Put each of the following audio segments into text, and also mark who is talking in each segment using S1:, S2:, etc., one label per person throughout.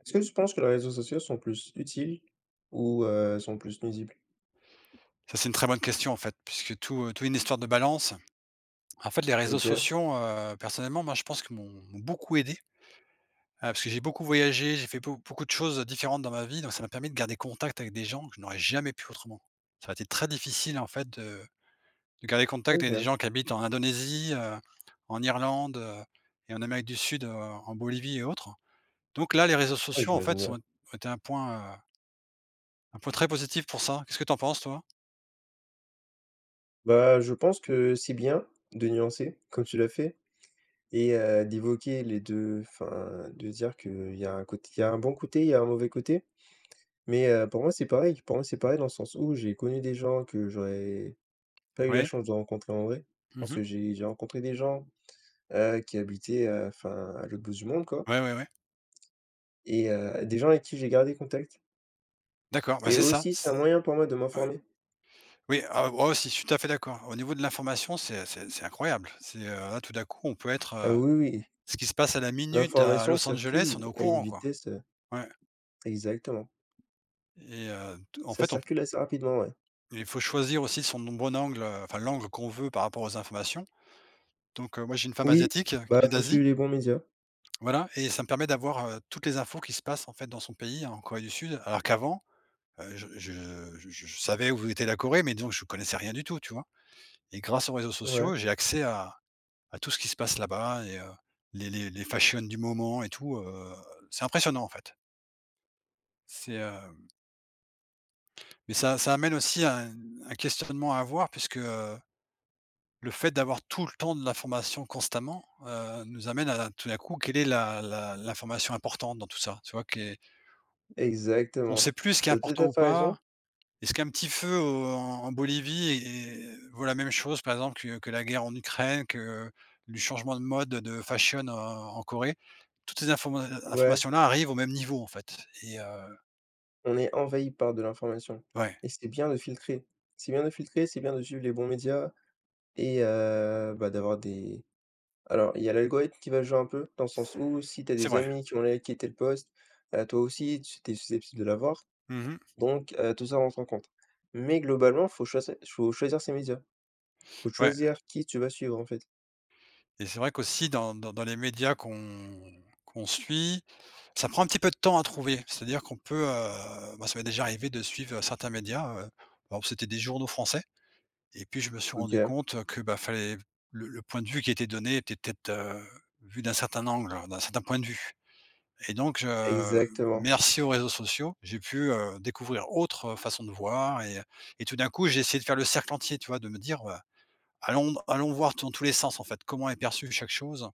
S1: Est-ce que tu penses que les réseaux sociaux sont plus utiles ou sont plus nuisibles?
S2: Ça, c'est une très bonne question, en fait, puisque tout est une histoire de balance. En fait, les réseaux
S1: OK,
S2: sociaux, personnellement, moi, je pense qu'ils m'ont beaucoup aidé, parce que j'ai beaucoup voyagé, j'ai fait beaucoup de choses différentes dans ma vie, donc ça m'a permis de garder contact avec des gens que je n'aurais jamais pu autrement. Ça a été très difficile, en fait, de garder contact avec des
S1: OK.
S2: gens qui habitent en Indonésie, en Irlande, et en Amérique du Sud, en Bolivie et autres. Donc là, les réseaux
S1: Ouais,
S2: sociaux, en
S1: j'imagine
S2: fait, sont
S1: bien.
S2: ont été un point très positif pour ça. Qu'est-ce que tu en penses, toi?
S1: Bah, je pense que c'est bien de nuancer comme tu l'as fait et d'évoquer les 2, enfin, de dire qu'il y a un côté il y a un bon côté, il y a un mauvais côté. Mais pour moi, c'est pareil. Pour moi, c'est pareil dans le sens où j'ai connu des gens que j'aurais pas eu la
S2: Oui.
S1: chance de rencontrer en vrai
S2: Mmh
S1: parce
S2: mh.
S1: que j'ai rencontré des gens, qui habitaient, enfin, à l'autre bout du monde, quoi
S2: Ouais, ouais, ouais.
S1: et des gens avec qui j'ai gardé contact.
S2: D'accord, bah,
S1: Et
S2: c'est ça,
S1: aussi, c'est un
S2: c'est
S1: moyen pour moi de m'informer.
S2: oui, ah, oh, si, je suis tout à fait d'accord. Au niveau de l'information, c'est incroyable. C'est, là, tout d'un coup, on peut être,
S1: Ah oui, oui,
S2: ce qui se passe à la minute à
S1: l'information
S2: Los Angeles, on
S1: circule
S2: est au
S1: à une
S2: courant, quoi.
S1: vitesse,
S2: Ouais.
S1: exactement.
S2: et t En
S1: Ça
S2: fait, on p
S1: circule assez rapidement, ouais.
S2: il faut choisir aussi son bon angle, enfin l'angle qu'on veut par rapport aux informations. Donc, moi, j'ai une femme
S1: Oui,
S2: asiatique, qui
S1: bah,
S2: vient
S1: faut
S2: d'Asie,
S1: suivre les bons médias.
S2: voilà, et ça me permet d'avoir, toutes les infos qui se passent, en fait, dans son pays, hein, en Corée du Sud, alors qu'avant, heu, je je je savais où était la Corée, mais donc que je connaissais rien du tout, tu vois? Et grâce aux réseaux
S1: Ouais,
S2: sociaux, j'ai accès à tout ce qui se passe là-bas, et les fashions du moment et tout, c'est impressionnant en fait. C'est, heu, mais ça amène aussi à un questionnement à avoir puisque, le fait d'avoir tout le temps de l'information constamment, nous amène à tout d'un coup, quelle est la l'information importante dans tout ça? Tu vois? Qui On
S1: exactement.
S2: sait plus ce qui est
S1: T'as tout
S2: important
S1: à
S2: ou
S1: fait raison.
S2: pas. Est-ce qu'un petit feu au en en Bolivie et vaut la même chose, par exemple, que la guerre en Ukraine, que le changement de mode de fashion en Corée? Toutes ces
S1: Ouais,
S2: informations-là arrivent au même niveau, en fait, et heu,
S1: on est envahi par de l'information
S2: ouais,
S1: et c'est bien de filtrer. C'est bien de filtrer, c'est bien de suivre les bons médias et bah, d'avoir des alors, il y a l'algorithme qui va jouer un peu, dans le sens où si t'as
S2: c'est
S1: des
S2: vrai.
S1: amis qui ont liké tel post, toi aussi tu es susceptible de l'avoir.
S2: Mmh.
S1: Donc tout ça rentre en compte. Mais globalement, faut choisir ses médias. Faut
S2: Ouais,
S1: choisir qui tu vas suivre, en fait.
S2: et c'est vrai qu'aussi dans dans les médias qu'on suit, ça prend un petit peu de temps à trouver. C'est-à-dire qu'on peut, moi ça m'est déjà arrivé de suivre certains médias, par c'était des journaux français. Et puis je me suis rendu
S1: OK.
S2: compte que, bah, fallait... le point de vue qui était donné était peut-être, vu d'un certain angle, d'un certain point de vue. Et donc je
S1: Exactement.
S2: Merci aux réseaux sociaux, j'ai pu, découvrir autre façon de voir, et tout d'un coup, j'ai essayé de faire le cercle entier, tu vois? De me dire: «Allons, allons voir dans tous les sens, en fait, comment est perçue chaque chose»,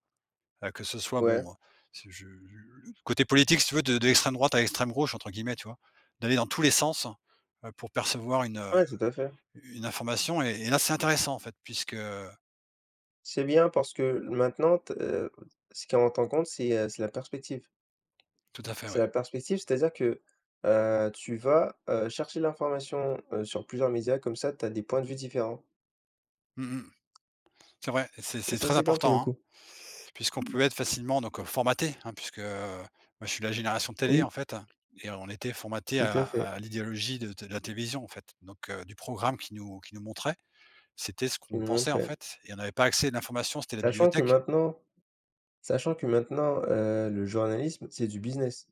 S2: que ce soit
S1: Ouais,
S2: bon, c'est je le côté politique, si tu veux, de l'extrême droite à l'extrême gauche, entre guillemets, tu vois? D'aller dans tous les sens, pour percevoir une,
S1: ouais, tout à fait.
S2: une information, et là, c'est intéressant en fait puisque...
S1: C'est bien parce que maintenant t ce qui rentre en compte, c'est la perspective.
S2: Tout à fait,
S1: C'est
S2: ouais.
S1: la perspective, c'est-à-dire que, tu vas, chercher l'information, sur plusieurs médias, comme ça, tu as des points de vue différents
S2: Mmh mh. C'est vrai, c'est
S1: et
S2: c'est
S1: ça,
S2: très
S1: c'est bien pour le
S2: important, hein,
S1: coup.
S2: puisqu'on peut être facilement donc, formaté, hein, puisque, moi je suis de la génération télé en
S1: Oui,
S2: fait, et on était formaté
S1: tout
S2: à
S1: à fait,
S2: à l'idéologie de la télévision en fait. Donc, du programme qui nous montrait, c'était ce
S1: ils
S2: qu'on
S1: l'ont
S2: pensait en
S1: montré.
S2: fait, et on n'avait pas accès à l'information, c'était la
S1: Sachant que
S2: bibliothèque.
S1: maintenant Sachant que maintenant, le journalisme, c'est du business.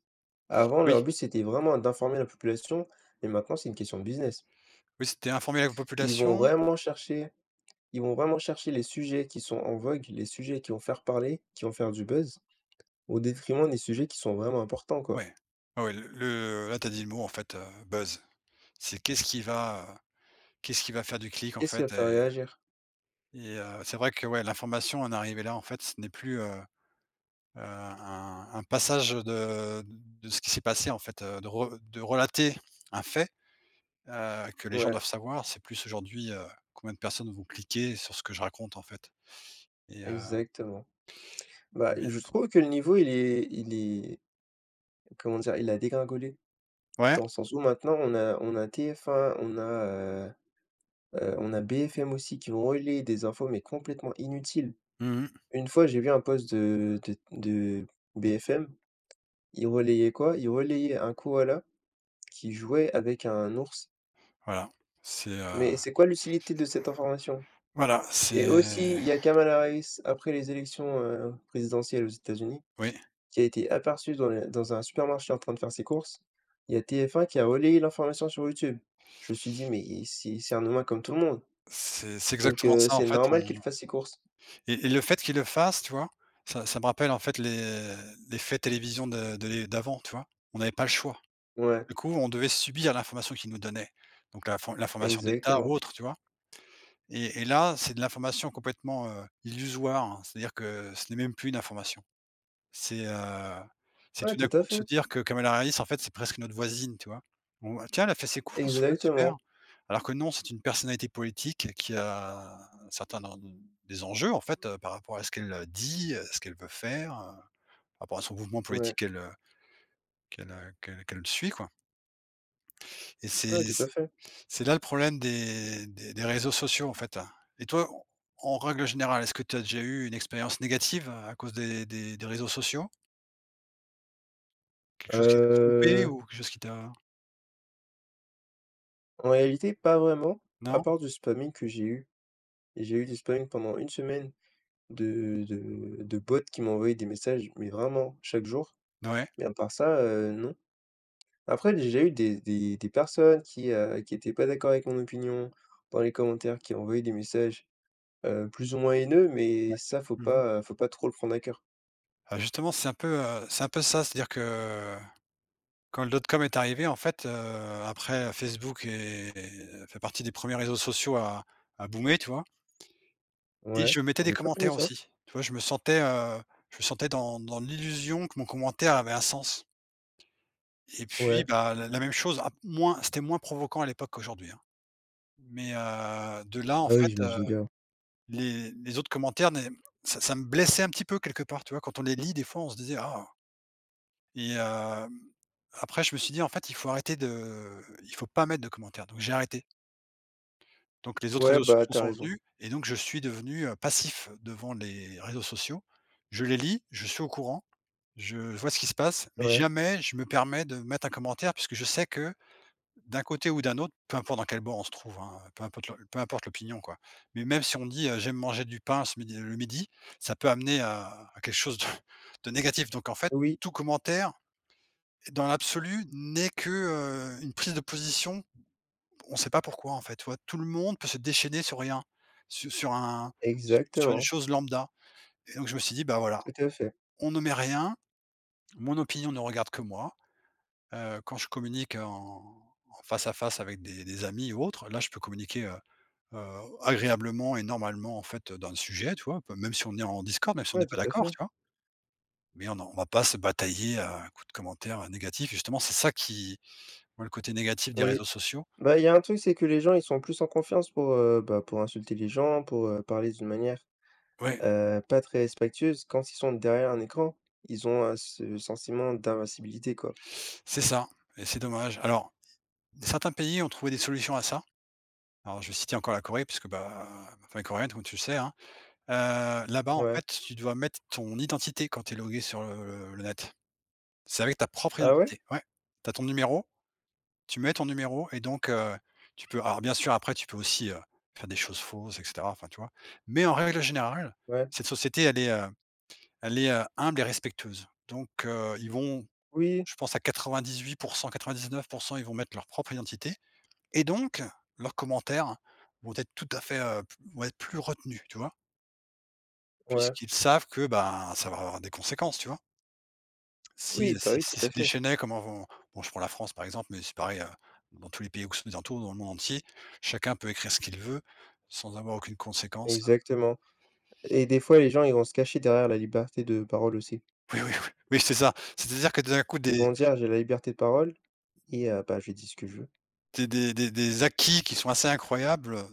S1: Avant,
S2: Oui,
S1: leur but, c'était vraiment d'informer la population, mais maintenant, c'est une question de business.
S2: oui, c'était informer la
S1: Ils vont
S2: population.
S1: vraiment chercher ils vont vraiment chercher les sujets qui sont en vogue, les sujets qui vont faire parler, qui vont faire du buzz, au détriment des sujets qui sont vraiment importants, quoi.
S2: Ouais, ouais, ouais, le là, t'as dit le mot en fait, buzz. C'est qu'est-ce qui va faire du clic en
S1: Qu'est-ce qui va
S2: fait.
S1: faire réagir?
S2: C'est vrai que ouais, l'information en arrivée là, en fait, ce n'est plus, un passage de ce qui s'est passé en fait, de relater un fait, que les gens
S1: Ouais,
S2: doivent savoir. C'est plus aujourd'hui, combien de personnes vont cliquer sur ce que je raconte en fait, et heu,
S1: exactement. Bah,
S2: mais
S1: je trouve que le niveau, il est comment dire? Il a dégringolé,
S2: ouais,
S1: dans le sens où maintenant on a TF1, on a BFM aussi qui vont relayer des infos, mais complètement inutiles.
S2: mmh,
S1: Une fois, j'ai vu un post de BFM, il relayait quoi? Il relayait un koala qui jouait avec un ours.
S2: voilà, c'est, heu,
S1: Mais c'est quoi l'utilité de cette information?
S2: voilà,
S1: Et aussi,
S2: c'est
S1: il y a Kamala Harris, après les élections, présidentielles aux États-Unis,
S2: oui,
S1: qui a été aperçue dans le dans un supermarché en train de faire ses courses. Il y a TF1 qui a relayé l'information sur YouTube. Je me suis dit: «Mais c'est un humain comme tout le monde,
S2: c'est
S1: donc
S2: exactement ça
S1: c'est
S2: en fait.
S1: normal
S2: on
S1: qu'il fasse ses courses».
S2: et et le fait qu'ils le fassent, tu vois? Ça me rappelle en fait les faits télévision de d'avant, tu vois? On n'avait pas le choix.
S1: Ouais.
S2: Du coup, on devait subir l'information qu'ils nous donnaient, donc l'information d'État ou
S1: Exactement.
S2: autre, tu vois? Et là, c'est de l'information complètement, illusoire, hein. C'est-à-dire que ce n'est même plus une information. C'est, heu, c'est
S1: Ouais,
S2: tout d'un
S1: tout à
S2: coup de se
S1: fait.
S2: dire que Kamala Harris, en fait, c'est presque notre voisine, tu vois? On «Tiens, elle a fait ses courses, ouais, super».
S1: Exactement.
S2: Alors que non, c'est une personnalité politique qui a certains dans des enjeux, en fait, par rapport à ce qu'elle dit, ce qu'elle veut faire, par rapport à son mouvement
S1: Ouais.
S2: politique qu'elle suit, quoi, et c'est
S1: Ouais, tout à fait.
S2: c'est là le problème des réseaux sociaux, en fait. Et toi, en règle générale, est-ce que tu as déjà eu une expérience négative à cause des réseaux sociaux? Quelque chose qui t'a trompé
S1: Heu,
S2: ou quelque chose qui t'a...
S1: en réalité, pas vraiment, à
S2: non?
S1: part du spamming que j'ai eu. Et j'ai eu du spamming pendant une semaine de bots qui m'envoyaient des messages, mais vraiment chaque jour.
S2: Ouais.
S1: Mais à part ça, non. Après, j'ai déjà eu des personnes qui étaient pas d'accord avec mon opinion dans les commentaires, qui envoyaient des messages, plus ou moins haineux, mais ça,
S2: Mmh.
S1: faut pas trop le prendre à cœur.
S2: Ah, justement, c'est un peu ça, c'est-à-dire que quand le dot-com est arrivé, en fait, après Facebook est fait partie des premiers réseaux sociaux à boomer, tu vois? Et
S1: Ouais,
S2: je mettais des
S1: j'ai pas connu
S2: commentaires
S1: ça.
S2: aussi. Tu vois? Je me sentais dans l'illusion que mon commentaire avait un sens. Et puis,
S1: Ouais.
S2: bah, la même chose, ah, moins c'était moins provoquant à l'époque qu'aujourd'hui, hein. Mais, de là, en
S1: Ah oui,
S2: fait,
S1: j'imagine bien.
S2: les autres commentaires n'est ça me blessait un petit peu quelque part, tu vois? Quand on les lit, des fois, on se disait: «Ah», et hem, après je me suis dit: «En fait, il faut arrêter de il faut pas mettre de commentaires», donc j'ai arrêté. Donc les autres
S1: Ouais,
S2: réseaux
S1: bah,
S2: sociaux
S1: t'as
S2: sont
S1: raison.
S2: venus, et donc je suis devenu, passif devant les réseaux sociaux. Je les lis, je suis au courant, je vois ce qui se passe, mais
S1: Ouais,
S2: jamais je me permets de mettre un commentaire puisque je sais que D'un côté ou d'un autre, peu importe dans quel bord on se trouve, hein, peu importe l'opinion, quoi. Mais même si on dit: «J'aime manger du pain ce midi le midi», ça peut amener à quelque chose de de négatif. Donc en fait,
S1: oui,
S2: tout commentaire, dans l'absolu, n'est que, une prise de position. On ne sait pas pourquoi, en fait, tu vois? Tout le monde peut se déchaîner sur rien, su sur un sur une
S1: exactement.
S2: chose lambda. Et donc je me suis dit: «Bah, voilà,
S1: Tout à fait.
S2: on ne met rien, mon opinion ne regarde que moi». Quand je communique en face à face avec des amis ou autres, là, je peux communiquer, agréablement et normalement, en fait, dans le sujet, tu vois? Peu même si on est en discord Même si on
S1: Ouais,
S2: n'est pas
S1: tout à
S2: d'accord,
S1: fait.
S2: tu vois? Mais on ne va pas se batailler à coups de commentaires négatifs. Justement, c'est ça qui... moi, le côté négatif des
S1: Oui.
S2: réseaux sociaux...
S1: Bah, il y a un truc, c'est que les gens, ils sont plus en confiance pour, bah, pour insulter les gens, pour, parler d'une manière,
S2: Ouais,
S1: pas très respectueuse. Quand ils sont derrière un écran, ils ont, ce sentiment d'invincibilité, quoi.
S2: c'est ça, et c'est dommage. Alors, certains pays ont trouvé des solutions à ça. Alors, je vais citer encore la Corée puisque, bah, enfin, coréenne, comme tu le sais, hein. Heu, Là-bas, en
S1: Ouais.
S2: fait, tu dois mettre ton identité quand tu es logué sur le net. C'est avec ta propre
S1: Ah ouais?
S2: identité, ouais. Tu as ton numéro Tu mets ton numéro, et donc, tu peux, alors bien sûr après tu peux aussi, faire des choses fausses et cetera, enfin tu vois? Mais en règle générale,
S1: Ouais.
S2: cette société elle est humble et respectueuse. Donc, ils vont,
S1: Oui,
S2: je pense à 98, 99, ils vont mettre leur propre identité, et donc leurs commentaires vont être tout à fait, vont être plus retenus, tu vois?
S1: ouais.
S2: Puisqu'ils savent que, ben, ça va avoir des conséquences, tu vois? Si,
S1: Oui, bah,
S2: si
S1: oui, tout
S2: s'ils
S1: à
S2: se
S1: fait.
S2: déchaînait, comment vont... Bon, je prends la France, par exemple, mais c'est pareil, dans tous les pays occidentaux, dans le monde entier, chacun peut écrire ce qu'il veut sans avoir aucune conséquence.
S1: Exactement. Et des fois, les gens, ils vont se cacher derrière la liberté de parole aussi.
S2: Oui, oui, oui, oui, c'est ça. C'est-à-dire que d'un coup,
S1: Ils
S2: des
S1: vont dire: «J'ai la liberté de parole et bah, je dis ce que je veux».
S2: des des des des acquis qui sont assez incroyables,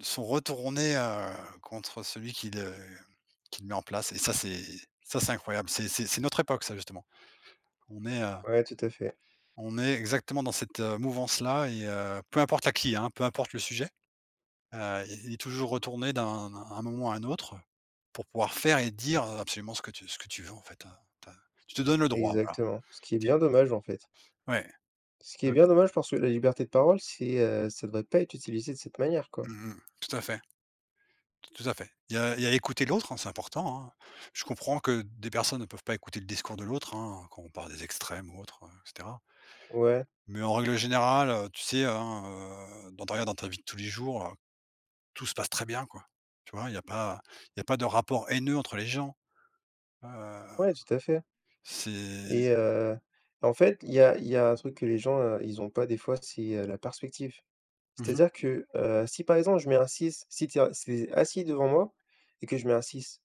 S2: sont retournés, contre celui qui le met en place, et ça, c'est... ça, c'est incroyable. C'est notre époque, ça, justement. On est, heu,
S1: Ouais, tout à fait.
S2: on est exactement dans cette, mouvance-là et peu importe l'acquis, hein, peu importe le sujet. Il est toujours retourné d'un moment à un autre, pour pouvoir faire et dire, absolument ce que tu veux en fait, tu tu te donnes le droit, voilà.
S1: Exactement, ce qui est
S2: Tu
S1: bien dommage, en fait.
S2: ouais,
S1: Ce qui est
S2: de
S1: bien dommage parce que la liberté de parole, ça devrait pas être utilisé de cette manière, quoi.
S2: mmh mh, tout à fait, tout à fait. Il y a écouter l'autre, hein, c'est important, hein. Je comprends que des personnes ne peuvent pas écouter le discours de l'autre, hein, quand on parle des extrêmes ou autres, et cetera.
S1: Ouais,
S2: Mais en règle générale, tu sais, hein, dans ta regarde dans ta vie de tous les jours, tout se passe très bien quoi. Tu vois? Il y a pas de rapport haineux entre les gens. Heu,
S1: ouais, tout à fait
S2: c'est
S1: et en fait, il y a un truc que les gens, ils ont pas des fois, la perspective.
S2: mmh
S1: C'est-à-dire que, si par exemple je mets un 6, si tu es si assis devant moi et que je mets un 6,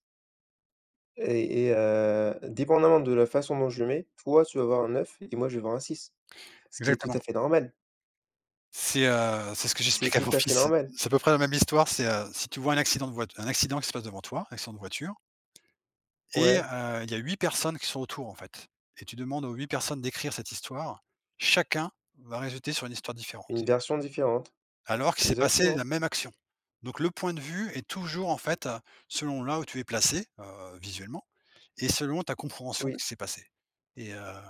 S1: et dépendamment de la façon dont je le mets, toi, tu vas avoir un 9 et moi, je vais avoir un six, ce qui est tout à
S2: exactement.
S1: fait normal.
S2: C'est ce que
S1: C'est
S2: j'explique à
S1: tout
S2: mon
S1: à fait
S2: fils.
S1: normal.
S2: C'est à peu près la même histoire, c'est, si tu vois un accident de voiture, un accident qui se passe devant toi, un accident de voiture et
S1: Ouais,
S2: il y a huit personnes qui sont autour, en fait, et tu demandes aux 8 personnes d'écrire cette histoire, chacun va résulter sur une histoire différente,
S1: une version différente.
S2: alors qu'il s'est passé la
S1: Exactement.
S2: même action. Donc le point de vue est toujours, en fait, selon là où tu es placé, visuellement et selon ta compréhension de
S1: Oui,
S2: ce qui s'est passé et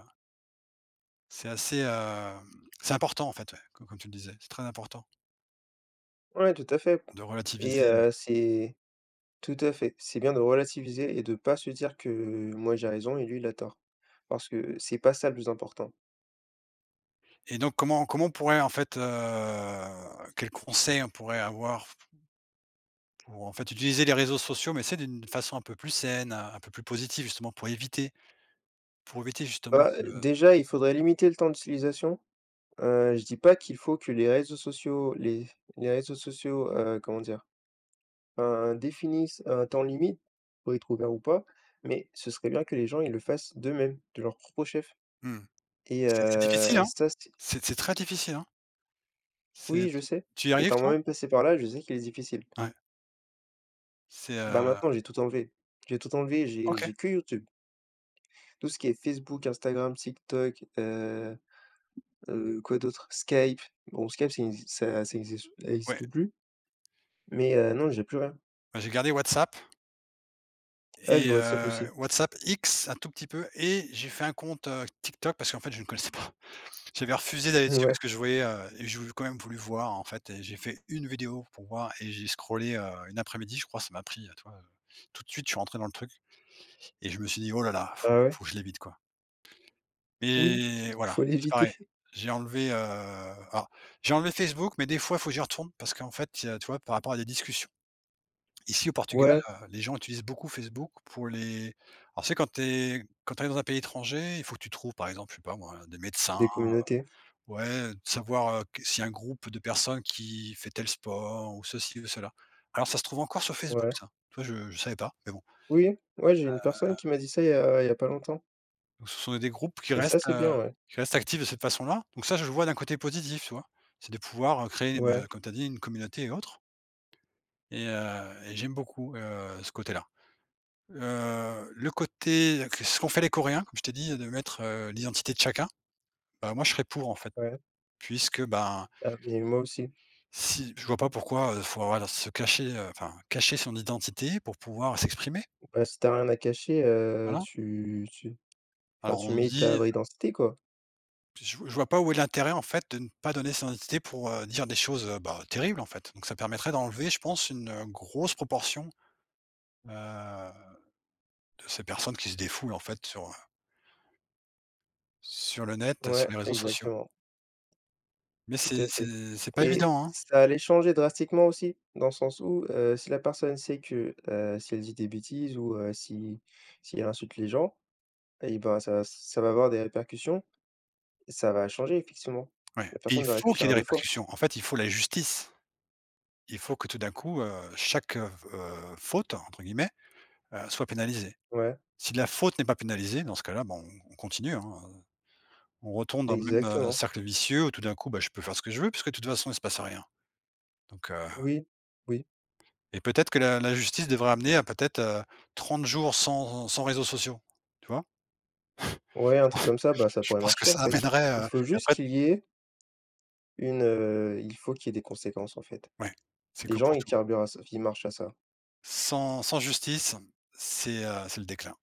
S2: c'est assez, c'est important, en fait, ouais, co comme tu le disais, c'est très important
S1: ouais, tout à fait
S2: de
S1: et
S2: relativiser.
S1: c'est tout à fait. C'est bien de relativiser et de pas se dire que moi j'ai raison et lui il a tort. Parce que c'est pas ça le plus important.
S2: Et donc comment on pourrait en fait, quels conseils on pourrait avoir pour en fait utiliser les réseaux sociaux, mais c'est d'une façon un peu plus saine, un peu plus positive justement pour éviter justement
S1: Bah,
S2: ce
S1: déjà, il faudrait limiter le temps d'utilisation. Je dis pas qu'il faut que les réseaux sociaux, comment dire? Définissent un temps limite pour être ouvert ou pas, mais ce serait bien que les gens ils le fassent d'eux-mêmes, de leur propre chef
S2: mmh.
S1: et
S2: C'est difficile, hein?
S1: ça
S2: C'est très difficile, hein?
S1: Oui,
S2: C'est
S1: je
S2: tu
S1: sais.
S2: tu y arrives
S1: Étant
S2: toi?
S1: moi-même passé par là, je sais qu'il est difficile.
S2: Ouais. C'est,
S1: Bah, maintenant, j'ai tout enlevé. J'ai tout enlevé, j'ai
S2: OK,
S1: j'ai que YouTube. Tout ce qui est Facebook, Instagram, TikTok, quoi d'autre? Skype. Bon, Skype, ça exi ça ça
S2: ouais.
S1: existe plus, mais non, j'ai plus rien.
S2: Bah, j'ai gardé WhatsApp
S1: Ah, j'ai
S2: et
S1: WhatsApp aussi.
S2: WhatsApp X un tout petit peu et j'ai fait un compte, TikTok parce qu'en fait je ne connaissais pas. J'avais refusé d'aller dessus parce
S1: Ouais.
S2: que je voyais, et j'ai quand même voulu voir, en fait, et j'ai fait une vidéo pour voir et j'ai scrollé, une après-midi, je crois, ça m'a pris, tu vois, tout de suite, je suis rentré dans le truc et je me suis dit: «Oh là là,
S1: Ah ouais?
S2: faut que je l'évite, quoi.»
S1: Oui,
S2: Mais
S1: faut
S2: voilà, c'est pareil.
S1: l'éviter.
S2: J'ai enlevé, alors, j'ai enlevé Facebook, mais des fois, il faut que j'y retourne parce qu'en fait, tu vois, par rapport à des discussions. Ici, au Portugal,
S1: Ouais,
S2: les gens utilisent beaucoup Facebook pour les alors, c'est quand tu dans un pays étranger, il faut que tu trouves, par exemple, je sais pas moi, des médecins.
S1: des communautés.
S2: Ouais, de savoir, que s'il y a un groupe de personnes qui fait tel sport ou ceci ou cela. Alors ça se trouve encore sur Facebook
S1: Ouais.
S2: ça. Tu je savais pas, mais bon.
S1: Oui, ouais, j'ai une personne qui m'a dit ça il y a pas longtemps
S2: Donc ce sont des groupes
S1: et ça, c'est bien, ouais.
S2: qui restent actifs de cette façon-là. Donc ça, je le vois d'un côté positif, tu vois? C'est de pouvoir, créer,
S1: Ouais,
S2: bah, comme tu as dit, une communauté et autres, et j'aime beaucoup, ce côté-là. Le côté que ce qu'ont fait les Coréens, comme je t'ai dit, de mettre, l'identité de chacun, bah, moi je serais pour en fait,
S1: ouais.
S2: puisque, ben,
S1: Ah, mais moi aussi.
S2: si je vois pas pourquoi, faut voilà, se cacher, enfin cacher son identité pour pouvoir s'exprimer,
S1: Bah, si t'as rien à cacher,
S2: voilà.
S1: tu tu Enfin,
S2: Alors
S1: tu
S2: on
S1: mets ta
S2: dit
S1: vraie identité, quoi.
S2: je vois pas où est l'intérêt en fait de ne pas donner son identité pour, dire des choses, bah, terribles en fait. Donc ça permettrait d'enlever je pense une, grosse proportion, heu, de ces personnes qui se défoulent en fait sur le net, sur
S1: Ouais,
S2: les réseaux sociaux.
S1: exactement,
S2: Mais
S1: tout
S2: c'est
S1: à fait
S2: c'est c'est pas
S1: et
S2: évident, hein.
S1: ça allait changer drastiquement aussi, dans le sens où, si la personne sait que, si elle dit des bêtises ou si elle insulte les gens et ben, ça va avoir des répercussions et ça va changer effectivement.
S2: Ouais
S1: La
S2: et il
S1: personne va
S2: faut qu'il y
S1: réfléchir
S2: ait
S1: à
S2: des
S1: 2 fois.
S2: répercussions. En fait, il faut la justice. Il faut que tout d'un coup, chaque, «faute» entre guillemets, soit pénalisée.
S1: Ouais,
S2: Si la faute n'est pas pénalisée, dans ce cas-là, ben, on continue, hein, on retourne dans le même,
S1: exactement.
S2: cercle vicieux où tout d'un coup, bah, je peux faire ce que je veux puisque de toute façon il se passe rien. Donc heu
S1: Oui, oui.
S2: et peut-être que la justice devrait amener à peut-être, 30 jours sans réseaux sociaux, tu vois?
S1: Ouais, un truc comme ça, bah, ça
S2: Je
S1: pourrait
S2: pense que
S1: marcher, en
S2: ça
S1: fait. Il
S2: amènerait,
S1: faut
S2: et
S1: juste
S2: après
S1: qu'il y ait une, il faut qu'il y ait des conséquences, en fait.
S2: ouais, c'est
S1: Les
S2: que
S1: gens,
S2: pour
S1: ils
S2: tout.
S1: carburent à ça, ils marchent à ça.
S2: Sans justice, c'est le déclin.